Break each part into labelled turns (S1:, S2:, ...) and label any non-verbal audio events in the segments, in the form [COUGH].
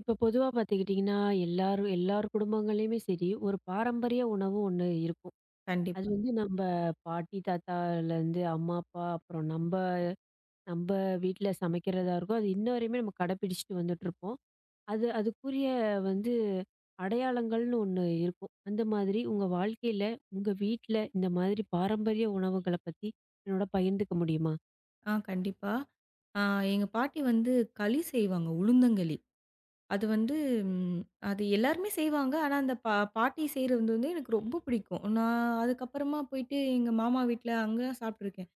S1: இப்ப பொதுவா பார்த்துக்கிட்டிங்கன்னா, எல்லாரும் எல்லார் குடும்பங்கள்லயுமே சரி, ஒரு பாரம்பரிய உணவு ஒண்ணு இருக்கும். அது
S2: கண்டிப்பா.
S1: வந்து நம்ப பாட்டி, தாத்தாலருந்து அம்மா, அப்பா அப்புறம் நம்ப நம்ப வீட்ல சமைக்கிறதா இருக்கும். அது இன்ன வரையுமே நம்ம கடைப்பிடிச்சுட்டு வந்துட்டுருப்போம். அதுக்குரிய வந்து அடையாளங்கள்னு ஒண்ணு இருக்கும். அந்த மாதிரி உங்க வாழ்க்கையில, உங்க வீட்ல இந்த மாதிரி பாரம்பரிய உணவுகள பத்தி என்னோட பகிர்ந்துக்க முடியுமா?
S2: கண்டிப்பா. ஆ எங்க பாட்டி வந்து களி செய்வாங்க. உளுந்தங்களி. அது வந்து ம் அது எல்லாருமே செய்வாங்க. ஆனா, அந்த பாட்டி செய்றது வந்து எனக்கு ரொம்ப பிடிக்கும். நான் அதுக்கப்புறமா போயிட்டு எங்க மாமா வீட்ல அங்க சாப்பிட்டுருக்கேன்.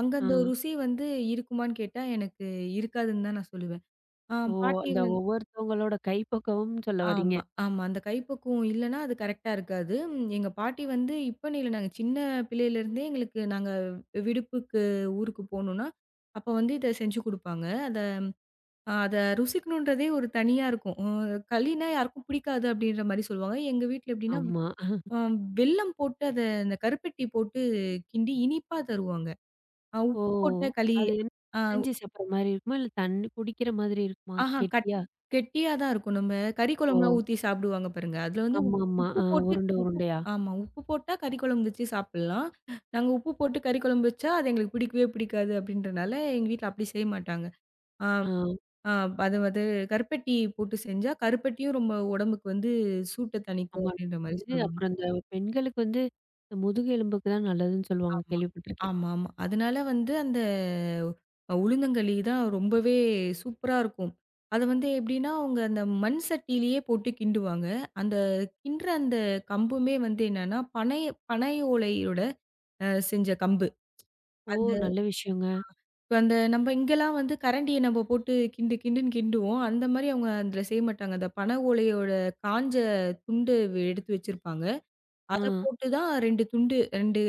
S2: அங்க
S1: ஆ.
S2: அந்த ருசி வந்து இருக்குமான்னு கேட்டா, எனக்கு இருக்காதுன்னு தான் நான் சொல்லுவேன். ஆ
S1: ஓ!
S2: பாட்டி
S1: அந்த
S2: வந்
S1: ஒவ்வொருத்தவங்களோட கைப்பக்குவம்னு சொல்ல வர்றீங்க.
S2: ஆமா, ஆமா. அந்த கைப்பக்குவம் இல்லன்னா அது கரெக்ட்டா இருக்காது. எங்க பாட்டி வந்து இப்பன்னு இல்ல. நாங்க சின்ன பிள்ளையிலேருந்தே எங்களுக்கு நாங்க விடுப்புக்கு ஊருக்கு போணும்னா, அப்ப வந்து இத செஞ்சு குடுப்பாங்க. அத ருசிக்கணுன்றதே ஒரு தனியா இருக்கும். களின்னா யாருக்கும் பிடிக்காது அப்படின்ற மாரி சொல்லுவாங்க. எங்க வீட்ல எப்படின்னா,
S1: ஆமா.
S2: அ வெல்லம் போட்டு அத அந்த கருப்பட்டி போட்டு கிண்டி இனிப்பா தருவாங்க.
S1: ஓ!
S2: உப்பு போட்ட களி.
S1: அது என்ன
S2: அ
S1: பிசைஞ்சு சாப்பிடுற மாரி இருக்குமா? இல்ல தண்ணி குடிக்கிற மாதிரி இருக்குமா?
S2: ஆஹா கட்
S1: கெட்டியா?
S2: கெட்டியா தான் இருக்கும். நம்ம கறி
S1: ஓ!
S2: குழம்புலாம் ஊத்தி சாப்பிடுவாங்க பாருங்க. அதுல வந்து
S1: ஆமாமா.
S2: உப்பு
S1: ஆ
S2: போட்டு.
S1: உருண்டை
S2: உப்பு
S1: உருண்டையா?
S2: ஆமா. உப்பு போட்டா கறி குழம்பு வச்சு சாப்பிடலாம். நாங்க உப்பு போட்டு கறி குழம்பு வச்சா, அது எங்களுக்கு பிடிக்கவே பிடிக்காது அப்படின்றனால, எங்க வீட்ல அப்படி செய்ய மாட்டாங்க.
S1: ஆ
S2: ஆ அது வந்து கருப்பட்டி போட்டு செஞ்சா, கருப்பட்டியும் ரொம்ப உடம்புக்கு வந்து சூட்ட தணிக்கும்
S1: ஆமா.
S2: அப்படின்ற மாரி
S1: இது
S2: சொல்லுவாங்க.
S1: அப்புறம் இந்த பெண்களுக்கு வந்து இந்த முதுகு எலும்புக்கு தான் நல்லதுன்னு சொல்லுவாங்க
S2: ஆமா.
S1: கேள்விப்பட்டுருக்கேன்.
S2: ஆமாமா. அதனால வந்து அந்த உளுந்தங்களி தான் ரொம்பவே சூப்பரா இருக்கும். அது வந்து எப்படின்னா, அவங்க அந்த மண் சட்டியிலேயே போட்டு கிண்டுவாங்க. அந்த கிண்டுற அந்த கம்புமே வந்து என்னன்னா, பனை பனை ஓலையோட செஞ்ச கம்பு.
S1: ஓ! நல்ல விஷயங்க.
S2: இப்ப அந்த நம்ம இங்கெல்லாம் வந்து கரண்டிய நம்ம போட்டு கிண்டு கிண்டுன்னு கிண்டுவோம். அந்த மாரி அவங்க அதுல செய்ய மாட்டாங்க. அந்த பனை ஓலையோட காஞ்ச துண்டு எடுத்து வச்சிருப்பாங்க.
S1: ஆ
S2: அத போட்டு தான் 2 துண்டு 2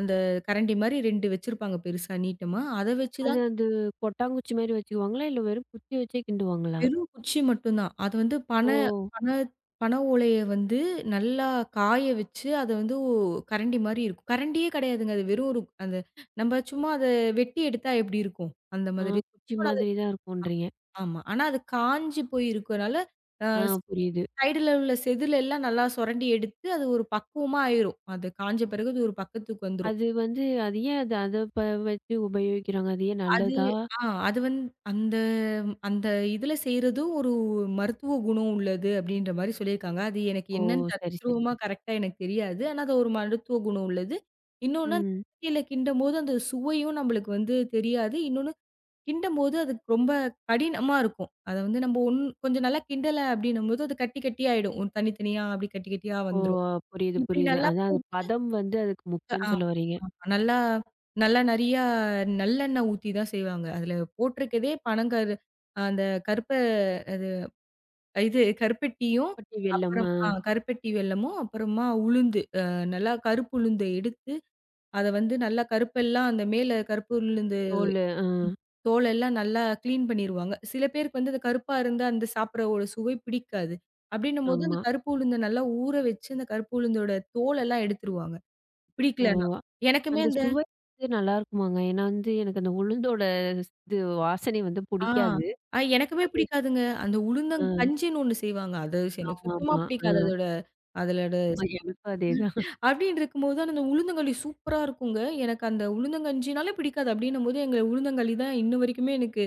S2: அந்த கரண்டி மாரி 2 வச்சிருப்பாங்க பெருசா நீட்டமா. அத வச்சு
S1: அது
S2: தான்.
S1: அந்த கொட்டாங்குச்சி மாரி வச்சுக்குவாங்களா? இல்ல வெறும் குச்சி வச்சே கிண்டுவாங்களா?
S2: வெறும் குச்சி மட்டும் தான். அது வந்து
S1: ஓ!
S2: பனை பனை பனை ஓலைய வந்து நல்லா காய வச்சு அத வந்து கரண்டி மாரி இருக்கும். கரண்டியே கிடையாதுங்க. அது வெறும் ஒரு அந்த நம்ம சும்மா அத வெட்டி எடுத்தா எப்படி இருக்கும்? அந்த
S1: ஆ
S2: மாதிரி.
S1: குச்சி மாதிரி தான் இருக்கும்ன்றீங்க.
S2: ஆமா. ஆனா அது காஞ்சு போய் இருக்கனால, அ
S1: ஆ புரியுது.
S2: சைடுல உள்ள செதில் எல்லாம் நல்லா சுரண்டி எடுத்து, அது ஒரு பக்குவமா ஆயிரும். அது காஞ்ச பிறகு அது ஒரு பக்கத்துக்கு வந்துரும்.
S1: அது வந்து அது ஏன் அது அத ப வச்சு உபயோகிக்கிறாங்க? அது ஏன்
S2: அது
S1: நல்லதா?
S2: ஆ அது வந்து அந்த அந்த இதுல செய்றதும் ஒரு மருத்துவ குணம் உள்ளது அப்படின்ற மாரி சொல்லியிருக்காங்க. அது எனக்கு
S1: ஓ!
S2: என்னன்னு
S1: சரி, சரி.
S2: தத்ரூவமா கரெக்ட்டா எனக்கு தெரியாது. ஆனா அது ஒரு மருத்துவ குணம் உள்ளது. இன்னொன்னு,
S1: ம்.
S2: மிக்ஸில கிண்டும்போது அந்த சுவையும் நம்மளுக்கு வந்து தெரியாது. இன்னொன்னு கிண்டும்போது அதுக்கு ரொம்ப கடினமா இருக்கும். அத வந்து நம்ம கொஞ்சம் நல்லா கிண்டல அப்டின்னும்போது அது கட்டி கட்டியா ஆயிடும். ஒரு தனித்தனியா அப்டி கட்டி கட்டியா
S1: ஓ!
S2: வந்துரும்.
S1: புரியுது,
S2: இப்டி
S1: புரியுது.
S2: நல்லா
S1: அதான் அந்த
S2: போட்டு
S1: பதம் வந்து அதுக்கு முக்கியம்னு
S2: ஆமா,
S1: சொல்ல வர்றீங்க.
S2: ஆமா. நல்லா நல்லா நெறையா நல்லெண்ணெய் ஊத்தி தான் செய்வாங்க. அதுல போட்டிருக்கதே பனங்கரு அந்த கருப்ப அது இது கருப்பட்டியும்,
S1: பட்டி வெல்லம்.
S2: அப்புறம்
S1: ஆ.
S2: கருப்பட்டி வெல்லமும், அப்புறமா உளுந்து நல்லா கருப்பு உளுந்த எடுத்து, அத வந்து நல்லா கருப்பெல்லாம் அந்த மேல கருப்பு உளுந்து.
S1: தோலு. ஆ.
S2: ம். தோலெல்லாம் நல்லா கிளீன் பண்ணிருவாங்க. சில பேருக்கு வந்து அந்த கருப்பா இருந்தா அந்த சாப்பிடுற ஒரு சுவை பிடிக்காது. அப்படின்னும்போது அந்த
S1: ஆமா.
S2: கருப்பு உளுந்த நல்லா ஊற வச்சு அந்த கருப்பு உளுந்தோட தோலெல்லாம் எடுத்துருவாங்க,
S1: ஓ!
S2: பிடிக்கலன்னா. எனக்குமே
S1: அந்த
S2: அந்த
S1: சுவை வந்து நல்லாருக்குமாங்க. ஏன்னா வந்து எனக்கு அந்த உளுந்தோட இது வாசனை வந்து
S2: ஆ,
S1: புடிக்காது.
S2: ஆ எனக்குமே பிடிக்காதுங்க. அந்த
S1: ஆ.
S2: உளுந்தங்கஞ்சின்னு ஒண்ணு செய்வாங்க. அது எனக்கு சுத்தமா
S1: ஆமாமா. ஆ.
S2: பிடிக்காது அதோட. அதோட
S1: ஆமா எனக்கும் அதேதான்.
S2: அப்படின்னு இருக்கும்போது தான் அந்த உளுந்தங்களி சூப்பரா இருக்குங்க. எனக்கு அந்த உளுந்தங்கஞ்சினாலே பிடிக்காது. அப்படின்னும்போது எங்க உளுந்தங்களி தான் இன்ன வரைக்குமே எனக்கு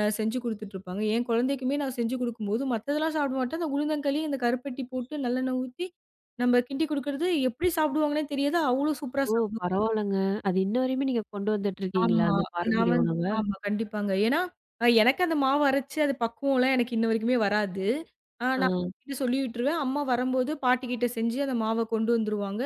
S2: செஞ்சு குடுத்துட்டுருப்பாங்க. என் குழந்தைக்குமே நான் செஞ்சு குடுக்கும்போது, மத்ததெல்லாம் சாப்பிட மாட்டேன். அந்த உளுந்தங்களி, அந்த கருப்பட்டி போட்டு நல்லெண்ணெய் ஊத்தி, நம்ம கிண்டி குடுக்குறது எப்படி சாப்பிடுவாங்கன்னே தெரியாது. அவ்ளோ சூப்பரா
S1: ஓ!
S2: சாப்பிடுவாங்க.
S1: பரவால்லங்க. அது இன்ன வரையுமே நீங்க கொண்டு வந்துட்டு இருக்கீங்களா?
S2: ஆமா.
S1: அந்த
S2: நான்
S1: பாரம்பரிய
S2: வந்து
S1: உணவ?
S2: ஆமா. கண்டிப்பாங்க. ஏன்னா, எனக்கு அந்த மாவு அரைச்சு அது பக்குவம்லாம் எனக்கு இன்ன வரைக்குமே வராது.
S1: ஆ.
S2: நான் அம்மாகிட்ட சொல்லி விட்டுருவேன். அம்மா வரம்போது பாட்டிகிட்ட செஞ்சு அந்த மாவ கொண்டு வந்துருவாங்க.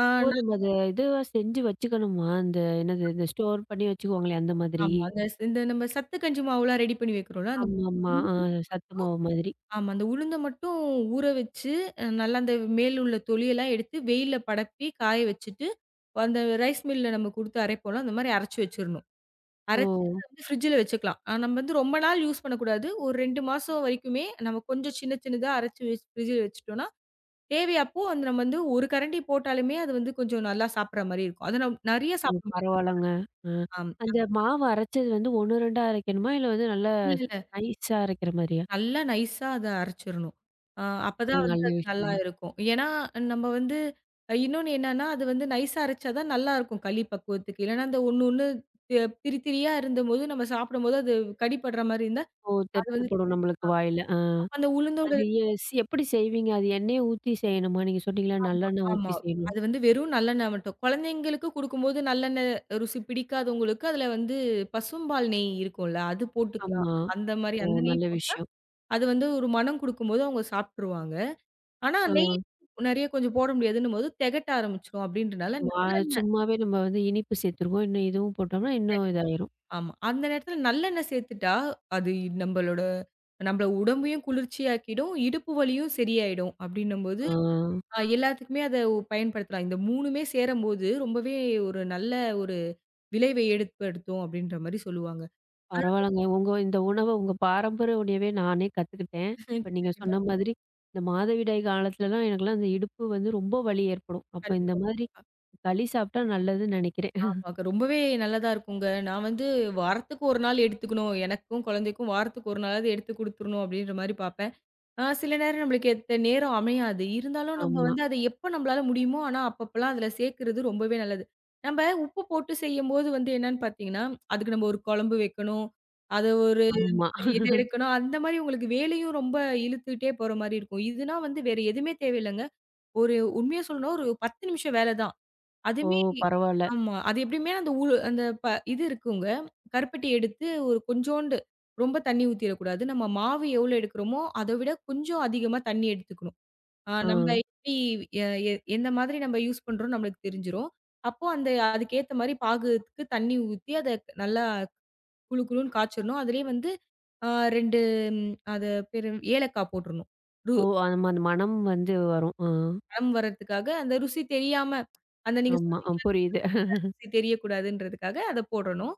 S2: அ
S1: ஓ! நம்ம அத இதுவா செஞ்சு வச்சுக்கணுமா? அந்த என்னது இந்த ஸ்டோர் பண்ணி வச்சுக்குவாங்களே அந்த மாதிரி?
S2: ஆமா. அந்த ஸ் இந்த நம்ம சத்து கஞ்சி மாவுலாம் ரெடி பண்ணி வைக்கிறோம்ல. அந்த
S1: ஆமாமா. ஆ.
S2: உளுந்து
S1: சத்து மாவு மாதிரி.
S2: ஆமா. அந்த உளுந்த மட்டும் ஊற வச்சு, நல்லா அந்த மேல் உள்ள தொலியெல்லாம் எடுத்து வெயில்ல படப்பி காய வச்சுட்டு, அந்த ரைஸ் மில்ல நம்ம குடுத்து அரைப்போம்ல, அந்த மாரி அரைச்சு வச்சுரணும்.
S1: ஓ!
S2: அரைச்சு அத வந்து ஃப்ரிட்ஜ்ல வச்சுக்கலாம். நம்ம வந்து ரொம்ப நாள் யூஸ் பண்ணக்கூடாது. ஒரு 2 மாசம் வரைக்குமே நம்ம கொஞ்சம் சின்ன சின்னதா அரைச்சு ஃப்ரிட்ஜ்ல வச்சுட்டோம்னா, தேவை அப்போ அந்த நம்ம வந்து ஒரு கரண்டி போட்டாலுமே அது வந்து கொஞ்சம் நல்லா சாப்பிடுற மாரி இருக்கும். அது நெறைய
S1: ம்.
S2: சாப்பிட முடியாது.
S1: பரவால்லங்க. அ.
S2: ஆம்.
S1: அந்த மாவு அரைச்சது வந்து 1, 2ஆ அரைக்கணுமா? இல்ல வந்து நல்லா
S2: இல்ல.
S1: நைஸா அரைக்கிற மாரியா?
S2: நல்லா நைஸா அத அரைச்சிரணும். அ
S1: ஒரு
S2: அப்பதான் வந்து
S1: நல்ல
S2: அது நல்லா
S1: விஷயங்க.
S2: இருக்கும். ஏன்னா, நம்ம வந்து இன்னொன்னு என்னன்னா, அது வந்து நைஸா அரைச்சா தான் நல்லாருக்கும் களி பக்குவத்துக்கு. இல்லன்னா அந்த ஒண்ணு ஒண்ணு அ திரி திரியா இருந்தபோது நம்ம சாப்பிடும்போது அது கடிப்படுற மாரி இருந்தா,
S1: ஓ!
S2: அது
S1: தெறித்து
S2: வந்து
S1: படும் நம்மளுக்கு வாயில. ஆ.
S2: அப்ப அந்த உளுந்தோட
S1: அது எ ஸ் எப்படி செய்வீங்க? அது எண்ணெய ஊத்தி செய்யணுமா? நீங்க சொன்னீங்கல்ல நல்லெண்ணெய்
S2: ஆமா.
S1: ஊத்தி செய்யணும்.
S2: அது வந்து வெறும் நல்லெண்ணெய் மட்டும். குழந்தைங்களுக்கு குடுக்கும்போது நல்லெண்ணெய் ருசி பிடிக்காதவங்களுக்கு, அதுல வந்து பசும்பால் நெய் இருக்கும்ல, அது போட்டுக்கலாம்.
S1: ஆமா.
S2: அந்த மாரி
S1: ஓ!
S2: அந்த நெய்
S1: நல்ல
S2: போட்டா,
S1: விஷயம்.
S2: அது வந்து ஒரு மனம் குடுக்கும்போது அவங்க சாப்ட்டுருவாங்க. ஆனா
S1: ஆ.
S2: நெறைய கொஞ்சம் போட முடியாதுன்னும்போது தெகட்ட ஆரம்பிச்சுரும் அப்டின்றனால
S1: ஆமா.
S2: நல்லெண்ணெய்
S1: சும்மாவே நம்ம வந்து இனிப்பு சேர்த்துருவோம். இன்னும் இதுவும் போட்டோம்னா, இன்னும் இதாயிரும்.
S2: ஆமா. அந்த நேரத்துல நல்லெண்ணெய் சேர்த்துட்டா, அது நம்மளோட நம்மள உடம்பையும் குளிர்ச்சியாக்கிடும், இடுப்பு வலியும் சரியாயிடும் அப்டின்னும்போது,
S1: ஆ.
S2: எல்லாத்துக்குமே அத பயன்படுத்தலாம். இந்த 3மே சேரும்போது ரொம்பவே ஒரு நல்ல ஒரு விளைவை ஏற்படுத்தும் அப்டின்ற மாரி சொல்லுவாங்க.
S1: பரவால்லங்க. உங்க இந்த உணவ உங்க பாரம்பரிய உணவே நானே கத்துக்கிட்டேன்.
S2: [LAUGHS] ஹம்,
S1: இப்ப நீங்க சொன்ன மாதிரி, இந்த மாதவிடாய் காலத்துலலாம் எனக்கெல்லாம் அந்த இடுப்பு வந்து ரொம்ப வலி ஏற்படும். அப்ப இந்த மாதிரி
S2: கண்டிப்பா.
S1: களி சாப்பிட்டா நல்லதுன்னு நெனைக்கிறேன்.
S2: ஆமாங்க. ரொம்பவே நல்லதா இருக்குங்க. நான் வந்து வாரத்துக்கு 1 நாள் எடுத்துக்கணும். எனக்கும் குழந்தைக்கும் வாரத்துக்கு 1 நாளாவது எடுத்து குடுத்துரணும் அப்டின்ற மாரி பார்ப்பேன். சில நேரம் நம்மளுக்கு ஏத்த நேரம் அமையாது. இருந்தாலும் நம்ம
S1: ஆமா,
S2: வந்து அத எப்ப நம்மளால முடியுமோ, ஆனா அப்பப்பலாம் அதுல சேர்க்கிறது ரொம்பவே நல்லது. நம்ப உப்பு போட்டு செய்யும்போது வந்து என்னன்னு பார்த்தீங்கன்னா, அதுக்கு நம்ம ஒரு குழம்பு வைக்கணும். அத ஒரு
S1: ஆமா.
S2: இது எடுக்கணும். அந்த மாரி உங்களுக்கு வேலையும் ரொம்ப இழுத்துட்டே போற மாரி இருக்கும். இதுனா வந்து வேற எதுவுமே தேவையில்லங்க. ஒரு உண்மைய சொல்லணும்னா ஒரு 10 நிமிஷம் வேல தான்.
S1: ஓ!
S2: அதுமே
S1: பரவால்ல.
S2: ஆமா. அது எப்படியுமே அந்த ஊ அந்த ப இது இருக்குங்க. கருப்பட்டி எடுத்து ஒரு கொஞ்சோண்டு ரொம்ப தண்ணி ஊத்திறக்கூடாது. நம்ம மாவு எவ்வளோ எடுக்கிறோமோ, அத விட கொஞ்சம் அதிகமா தண்ணி எடுத்துக்கணும். அ
S1: ஆ.
S2: நம்ம எப்படி எ எ எந்த மாதிரி நம்ம யூஸ் பண்றோம்னு நம்மளுக்கு தெரிஞ்சிரும். அப்போ அந்த அதுக்கேத்த மாரி பாகுக்கு தண்ணி ஊத்தி, அத நல்லா குளு குளுன்னு காய்ச்சணும். அதிலயே வந்து அ 2 அது பேரு ஏலக்காய் போட்டுறணும். ரு
S1: ஓ! ஆமா அந்த மனம் வந்து வரும். ஆ.
S2: மணம் வர்றதுக்காக அந்த ருசி தெரியாம அந்த நீங்க
S1: ஆமா. அ புரியுது.
S2: தெரியக்கூடாதுன்றதுக்காக அத போடணும்.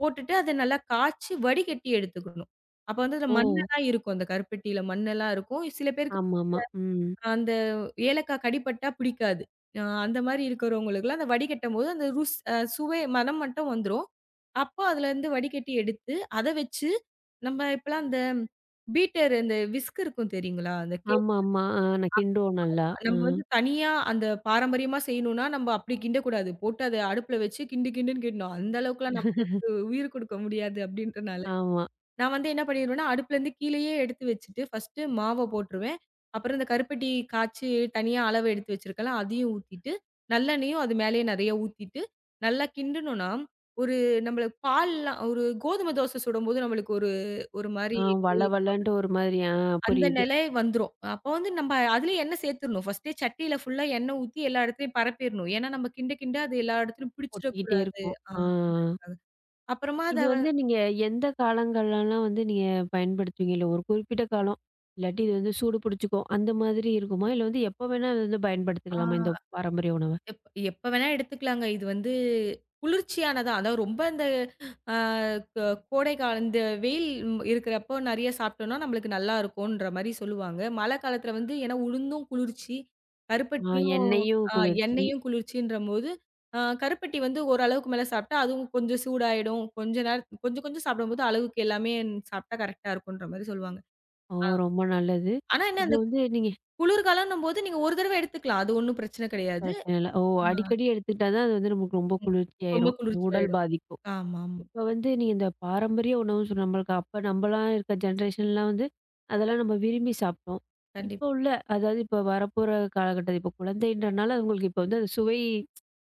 S2: போட்டுட்டு அத நல்லா காய்ச்சி வடிகட்டி எடுத்துக்கணும். அப்ப வந்து அதுல
S1: ஓ!
S2: மண்ணெல்லாம் இருக்கும். அந்த கருப்பட்டியில மண்ணெல்லாம் இருக்கும். சில பேருக்கு
S1: ஆமாமா. ம்.
S2: அந்த ஏலக்காய் கடிப்பட்டா பிடிக்காது. அந்த மாரி இருக்கிறவங்களுக்குலாம் அந்த வடிகட்டும்போது அந்த ருஸ் அ சுவை மனம் மட்டும் வந்துரும். அப்போ அதுலருந்து வடிகட்டி எடுத்து, அத வச்சு நம்ம இப்பலாம் அந்த பீட்டர் இந்த விஸ்க் இருக்கும் தெரியுங்களா? அந்த கே
S1: ஆமாமா. ஆ நான் கிண்டுவோம் நல்லா. ஆ.
S2: நம்ம வந்து தனியா அந்த பாரம்பரியமா செய்யணும்னா, நம்ம அப்படி கிண்டக்கூடாது. போட்டு அத அடுப்புல வச்சு கிண்டு கிண்டுன்னு கிண்டணும். அந்த அளவுக்குலாம் நம்மளுக்கு உயிர் குடுக்க முடியாது அப்படின்றனால,
S1: ஆமா.
S2: நான் வந்து என்ன பண்ணிருவேன்னா, அடுப்புலேருந்து கீழேயே எடுத்து வச்சுட்டு, ஃபர்ஸ்ட்டு மாவ போட்டுருவேன். அப்புறம் இந்த கருப்பட்டி காய்ச்சி தனியா அளவு எடுத்து வச்சிருக்கல, அதையும் ஊத்திட்டு, நல்லெண்ணெயும் அது மேலேயே நெறைய ஊத்திட்டு, நல்லா கிண்டுனோம்னா, ஒரு நம்மளுக்கு பால்லாம் ஒரு கோதுமை தோசை சுடும்போது நம்மளுக்கு ஒரு ஒரு மாரி
S1: ஆ வழ வழன்ட்டு ஒரு மாரி ஆ
S2: அந்த
S1: புரியுது.
S2: நிலை வந்துரும். அப்போ வந்து நம்ம அதுலயும் எண்ணெய் சேர்த்துரணும். ஃபர்ஸ்ட்டே சட்டியில ஃபுல்லா எண்ணெய் ஊத்தி எல்லா இடத்துலயும் பரப்பிரணும். ஏன்னா, நம்ம கிண்ட கிண்ட அது எல்லா இடத்துலயும்
S1: ஒட்டிக்கிட்டே
S2: பிடிச்சிடக்கூடாது.
S1: இருக்கும்.
S2: ஆ
S1: ஆ.
S2: அப்புறமா அத
S1: இது
S2: வ
S1: வந்து நீங்க எந்த காலங்கள்லலாம் வந்து நீங்க பயன்படுத்துவீங்க? இல்ல ஒரு குறிப்பிட்ட காலம், இல்லாட்டி இது வந்து சூடு பிடிச்சுக்கும் அந்த மாதிரி இருக்குமா? இல்ல வந்து எப்ப வேணா அது வந்து பயன்படுத்திக்கலாமா இந்த
S2: ஆ.
S1: பாரம்பரிய உணவ?
S2: எப் எப்ப வேணா எடுத்துக்கலாங்க. இது வந்து குளிர்ச்சியானதா, அதாவது ரொம்ப இந்த அ க கோடை காலம் இந்த வெயில் இருக்கிறப்போ நெறைய சாப்பிட்டோம்னா, நம்மளுக்கு நல்லா இருக்கும்ன்ற மாரி சொல்லுவாங்க. மழை காலத்துல வந்து ஏன்னா உளுந்தும் குளிர்ச்சி,
S1: ஆ
S2: கருப்பட்டியும்
S1: எண்ணெயும்
S2: அ
S1: குளிர்ச்சி.
S2: எண்ணெயும் குளிர்ச்சின்றபோது, கருப்பட்டி வந்து ஓரளவுக்கு மேல சாப்பிட்டா, அதுவும் கொஞ்சம் சூடாயிடும். கொஞ்ச நேரம் கொஞ்சம் கொஞ்சம் சாப்பிடும்போது அளவுக்கு எல்லாமே சாப்பிட்டா கரெக்ட்டா இருக்குன்ற மாரி சொல்லுவாங்க.
S1: ஓ! ரொம்ப நல்லது.
S2: ஆனா என்ன
S1: இப்போ
S2: அந்த
S1: வந்து நீங்க
S2: குளிர்காலம்ன்னும்போது நீங்க ஒரு தடவை எடுத்துக்கலாம். அது ஒண்ணும் பிரச்சனை கிடையாது.
S1: பிரச்சனை இல்ல. ஓ!
S2: அ
S1: அடிக்கடி எடுத்துக்கிட்டா தான் அது வந்து நமக்கு ரொம்ப
S2: ம்.
S1: குளிர்ச்சி
S2: ரொம்ப
S1: ஆயிரும்.
S2: குளிர்ச்சியா
S1: உடல் பாதிக்கும்.
S2: ஆமாம்.
S1: இப்ப வந்து நீ இந்த பாரம்பரிய உணவுன்னு சொன்ன நம்மளுக்கு அப்ப நம்மலாம் இருக்க ஜென்ரேஷன்லாம் வந்து, அதெல்லாம் நம்ம விரும்பி சாப்பிட்டோம். இப்போ
S2: கண்டிப்பா,
S1: உள்ள அதாவது இப்போ வரப்போற காலகட்டம் இப்போ குழந்தைன்றனால அவங்களுக்கு இப்போ வந்து அது சுவை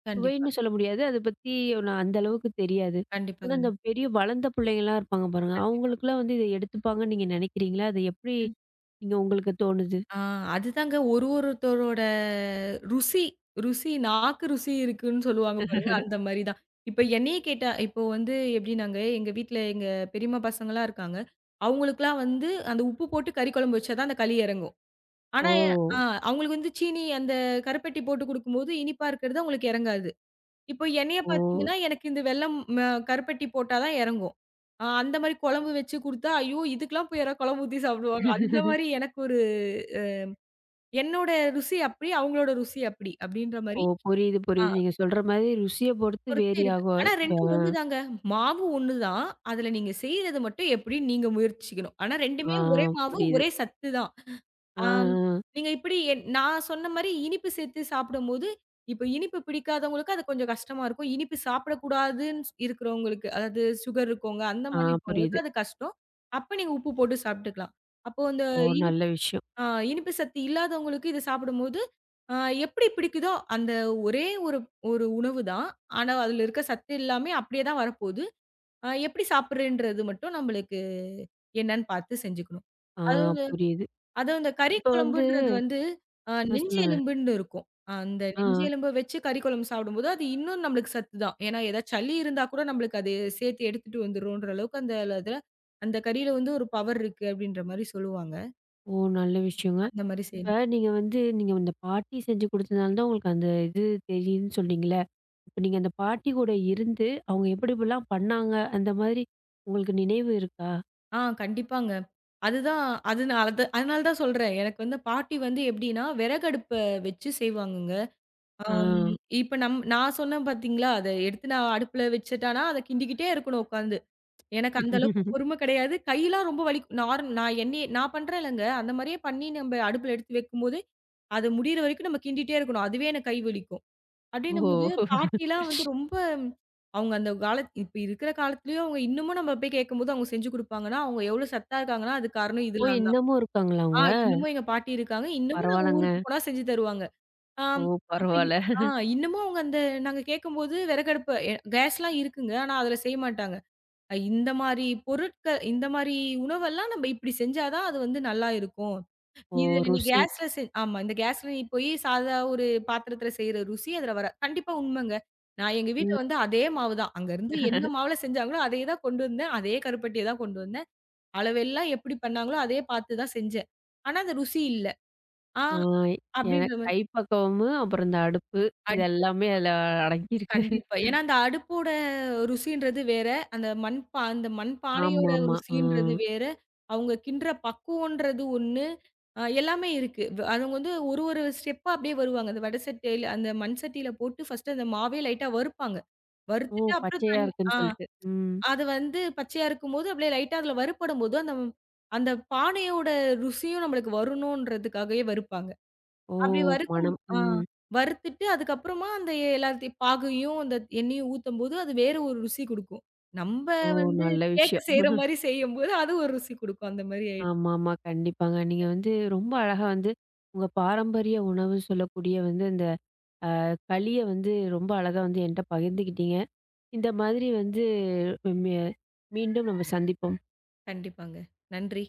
S2: கண்டிப்பா,
S1: சுவைன்னு சொல்ல முடியாது. அத பத்தி நான் அந்த அளவுக்கு தெரியாது.
S2: கண்டிப்பா,
S1: ஆனா இந்த
S2: கண்டிப்பா,
S1: பெரிய வளர்ந்த பிள்ளைங்கலாம் இருப்பாங்க பாருங்க.
S2: கண்டிப்பா.
S1: அவங்களுக்குலாம் வந்து இத எடுத்துப்பாங்கன்னு நீங்க நினைக்கிறீங்களா? அது எப்படி
S2: ம்.
S1: நீங்க உங்களுக்கு தோணுது?
S2: ஆ அதுதாங்க ஒரு ஒருத்தரோட ருசி ருசி நாக்கு ருசி இருக்குன்னு சொல்லுவாங்க பாருங்க, அந்த மாரி தான். இப்ப என்னையே கேட்டா இப்போ வந்து எப்படின்னாங்க, எங்க வீட்ல எங்க பெரியம்மா பசங்கலாம் இருக்காங்க. அவங்களுக்குலாம் வந்து அந்த உப்பு போட்டு கறி குழம்பு வச்சா தான் அந்த களி இறங்கும்.
S1: ஓ!
S2: ஆனா, ஆ அவங்களுக்கு வந்து சீனி அந்த கருப்பட்டி போட்டு குடுக்கும்போது இனிப்பா இருக்கிறது அவங்களுக்கு இறங்காது. இப்போ என்னைய
S1: ஓ!
S2: பார்த்தீங்கன்னா, எனக்கு இந்த வெள்ளம் ம கருப்பட்டி போட்டா தான் இறங்கும். அந்த மாரி குழம்பு வச்சு குடுத்தா, ஐயோ! இதுக்கெல்லாம் போய் யாராவது குழம்பு ஊத்தி சாப்பிடுவாங்க. அந்த மாரி எனக்கு ஒரு அ என்னோட ருசி அப்படி, அவங்களோட ருசி அப்படி, அப்படின்ற மாரி
S1: ஓ! புரியுது,
S2: அ
S1: புரியுது. நீங்க சொல்ற மாதிரி ருசிய பொறுத்து
S2: பொறுத்து
S1: வேரி
S2: இருக்கு. ஆனா
S1: ஆகும். ஆ,
S2: 2ம் ஒண்ணு தாங்க. மாவு ஒண்ணு தான். அதுல நீங்க செய்றது மட்டும் எப்படின்னு நீங்க முயற்சிக்கணும். ஆனா
S1: ஆ
S2: 2மே ஒரே மாவு,
S1: புரியுது.
S2: ஒரே சத்து தான்.
S1: ஆ,
S2: ஆம்.
S1: ஆ.
S2: நீங்க இப்பிடி நான் சொன்ன மாரி இனிப்பு சேர்த்து சாப்பிடும்போது, இப்ப இனிப்பு பிடிக்காதவங்களுக்கு அது கொஞ்சம் கஷ்டமா இருக்கும். இனிப்பு சாப்பிடக்கூடாதுன்னு இருக்கிறவங்களுக்கு, அதாவது சுகர் இருக்கவங்க, அந்த
S1: ஆ
S2: மாரி
S1: புரியுது.
S2: இருக்கவங்களுக்கு அது கஷ்டம். அப்ப நீங்க உப்பு போட்டு சாப்பிட்டுக்கலாம். அப்போ அந்த
S1: ஓ!
S2: இனிப்
S1: நல்ல விஷயம்.
S2: ஆ இனிப்பு சத்து இல்லாதவங்களுக்கு இத சாப்பிடும்போது, ஆ எப்பிடி பிடிக்குதோ! அந்த ஒரே ஒரு ஒரு உணவு தான். ஆனா, அதுல இருக்க சத்து எல்லாமே அப்பிடியே தான் வரப்போது. எப்பிடி சாப்பிட்றேன்றது மட்டும் நம்மளுக்கு என்னன்னு பார்த்து செஞ்சுக்கணும்.
S1: ஆ
S2: அது
S1: புரியுது.
S2: அதுவும் இந்த கறி
S1: இப்ப வந்து
S2: குழம்புன்றது வந்து
S1: ஆ
S2: நெஞ்சு
S1: சொல்லுங்க.
S2: எலும்புன்னு இருக்கும். அந்த
S1: ஆ.
S2: நெஞ்சு எலும்ப வச்சு கறி குழம்பு சாப்பிடும்போது, அது இன்னும் நம்மளுக்கு சத்து தான். ஏன்னா, ஏதாவது சளி இருந்தா கூட நம்மளுக்கு அது சேர்த்து எடுத்துட்டு வந்துரும்ன்ற அளவுக்கு அந்த இதுல அந்த கறியில வந்து ஒரு பவர் இருக்கு அப்படின்ற மாரி சொல்லுவாங்க.
S1: ஓ! நல்ல விஷயங்க.
S2: அந்த மாரி
S1: இப்ப
S2: செய்யணும்.
S1: நீங்க வந்து நீங்க இந்த பாட்டி செஞ்சு குடுத்ததுனால தான் உங்களுக்கு அந்த இது தெரியுதுன்னு சொன்னீங்கல்ல. இப்ப நீங்க அந்த பாட்டி கூட இருந்து, அவங்க எப்படி எப்படிலாம் பண்ணாங்க, அந்த மாதிரி உங்களுக்கு நினைவு இருக்கா?
S2: கண்டிப்பாங்க. அதுதான் அதுனால தான் அதனால தான் சொல்றேன். எனக்கு வந்து பாட்டி வந்து எப்படின்னா, விறகடுப்ப வச்சு செய்வாங்கங்க.
S1: ஆ.
S2: அம் இப்ப நான் சொன்னேன் பார்த்தீங்களா, அத எடுத்து நான் அடுப்புல வச்சுட்டேன்னா, அத கிண்டிக்கிட்டே இருக்கணும் உட்காந்து. எனக்கு அந்த அளவுக்கு பொறுமை கிடையாது. கையெல்லாம் ரொம்ப வலிக்கும். நார் நான் என்னைய நான் பண்றேன்லங்க. அந்த மாரியே பண்ணி நம்ப அடுப்புல எடுத்து வைக்கும்போது, அது முடியிற வரைக்கும் நம்ம கிண்டிட்டே இருக்கணும். அதுவே எனக்கு கை வலிக்கும். அப்டின்னும்போது
S1: ஓ!
S2: பாட்டிலாம் வந்து ரொம்ப அவங்க அந்த காலத் இப்ப இருக்கிற காலத்துலயும் அவங்க இன்னமும் நம்ம போய் கேட்கும்போது அவங்க செஞ்சு குடுப்பாங்கன்னா, அவங்க எவ்ளோ சத்தா இருக்காங்கன்னா, அது காரணம்
S1: ஓ!
S2: இதெல்லாம் தான்.
S1: இன்னமும் இருக்காங்களா அவங்க?
S2: இன்னமும் எங்க பாட்டி இருக்காங்க. இன்னமும் நாங்க
S1: பரவால்லங்க.
S2: ஊருக்கு போனா செஞ்சு தருவாங்க.
S1: ஓ!
S2: ஆம். அப்ப இ
S1: பரவால்ல.
S2: ஆ இன்னமும் அவங்க அந்த நாங்க கேட்கும்போது விறகடுப்பு கேஸ்லாம் இருக்குங்க. ஆனா, அதுல செய்ய மாட்டாங்க. இந்த மாரி பொருட்கள் இந்த மாரி உணவெல்லாம் நம்ம இப்படி செஞ்சா தான் அது வந்து நல்லா இருக்கும்.
S1: ஓ!
S2: இது நீ
S1: ருசி.
S2: கேஸ்ல செ ஆமா. இந்த கேஸ்ல நீ போய் சாதா ஒரு பாத்திரத்தில செய்ற ருசி அதுல வராது. கண்டிப்பா உண்மைங்க. நான் எங்க வீட்ல
S1: ம்.
S2: வந்து அதே மாவு தான். அங்கருந்து என்ன மாவுல செஞ்சாங்களோ அதே தான் கொண்டு வந்தேன். அதே கருப்பட்டிய தான் கொண்டு வந்தேன். அளவெல்லாம் எப்படி பண்ணாங்களோ அதே பார்த்து தான் செஞ்சேன். ஆனா, அந்த ருசி இல்ல. ஆ
S1: ஆ
S2: அப்படின்ற
S1: எனக்கு
S2: மாரி.
S1: கை பக்குவமும், அப்புறம் இந்த அடுப்பு இது
S2: அடி
S1: எல்லாமே அதுல அடங்கியிருக்கு.
S2: கண்டிப்பா. ஏன்னா, அந்த அடுப்போட ருசின்றது வேற. அந்த மண் பானையோட
S1: ஆமாமா. ஆ.
S2: ருசின்றது வேற. அவங்க கிண்டுற பக்குவம்ன்றது ஒண்ணு. எல்லாமே இருக்கு. அவங்க வந்து ஒரு ஒரு ஸ்டெப்பா அப்படியே வருவாங்க. அந்த மண் சட்டியில போட்டு ஃபர்ஸ்ட்டு அந்த மாவே லைட்டா வறுப்பாங்க.
S1: ஓ!
S2: வறுத்துட்டு அப்புறம்
S1: பச்சையா
S2: தண்ணி.
S1: இருக்குன்னு சொல்லிட்டு. ம்.
S2: அது வந்து பச்சையா இருக்கும்போது அப்படியே லைட்டா அதில வறுபடும்போது, அந்த அந்த பானையோட ருசியும் நம்மளுக்கு வரணுன்றதுக்காகவே வறுப்பாங்க.
S1: ஓ!
S2: அப்படி வறுக்கும்
S1: மனம்.
S2: ஆ
S1: ம்.
S2: வறுத்துட்டு அதுக்கப்புறமா அந்த எல்லாத்தையும் பாகையும், அந்த எண்ணெயும் ஊத்தும்போது, அது வேற ஒரு ருசி குடுக்கும். நம்ப
S1: ஓ!
S2: வந்து
S1: நல்ல
S2: கேக்க
S1: விஷயம்.
S2: செய்ற மாரி செய்யும்போது, அது ஒரு ருசி குடுக்கும். அந்த மாரி ஆயிடும்.
S1: ஆமாமா. கண்டிப்பாங்க. நீங்க வந்து ரொம்ப அழகா வந்து உங்க பாரம்பரிய உணவு சொல்லக்கூடிய வந்து அந்த களிய வந்து ரொம்ப அழகா வந்து என்ட்ட பகிர்ந்துக்கிட்டீங்க. இந்த மாதிரி வந்து மீ மீண்டும் நம்ம சந்திப்போம்.
S2: கண்டிப்பாங்க. நன்றி.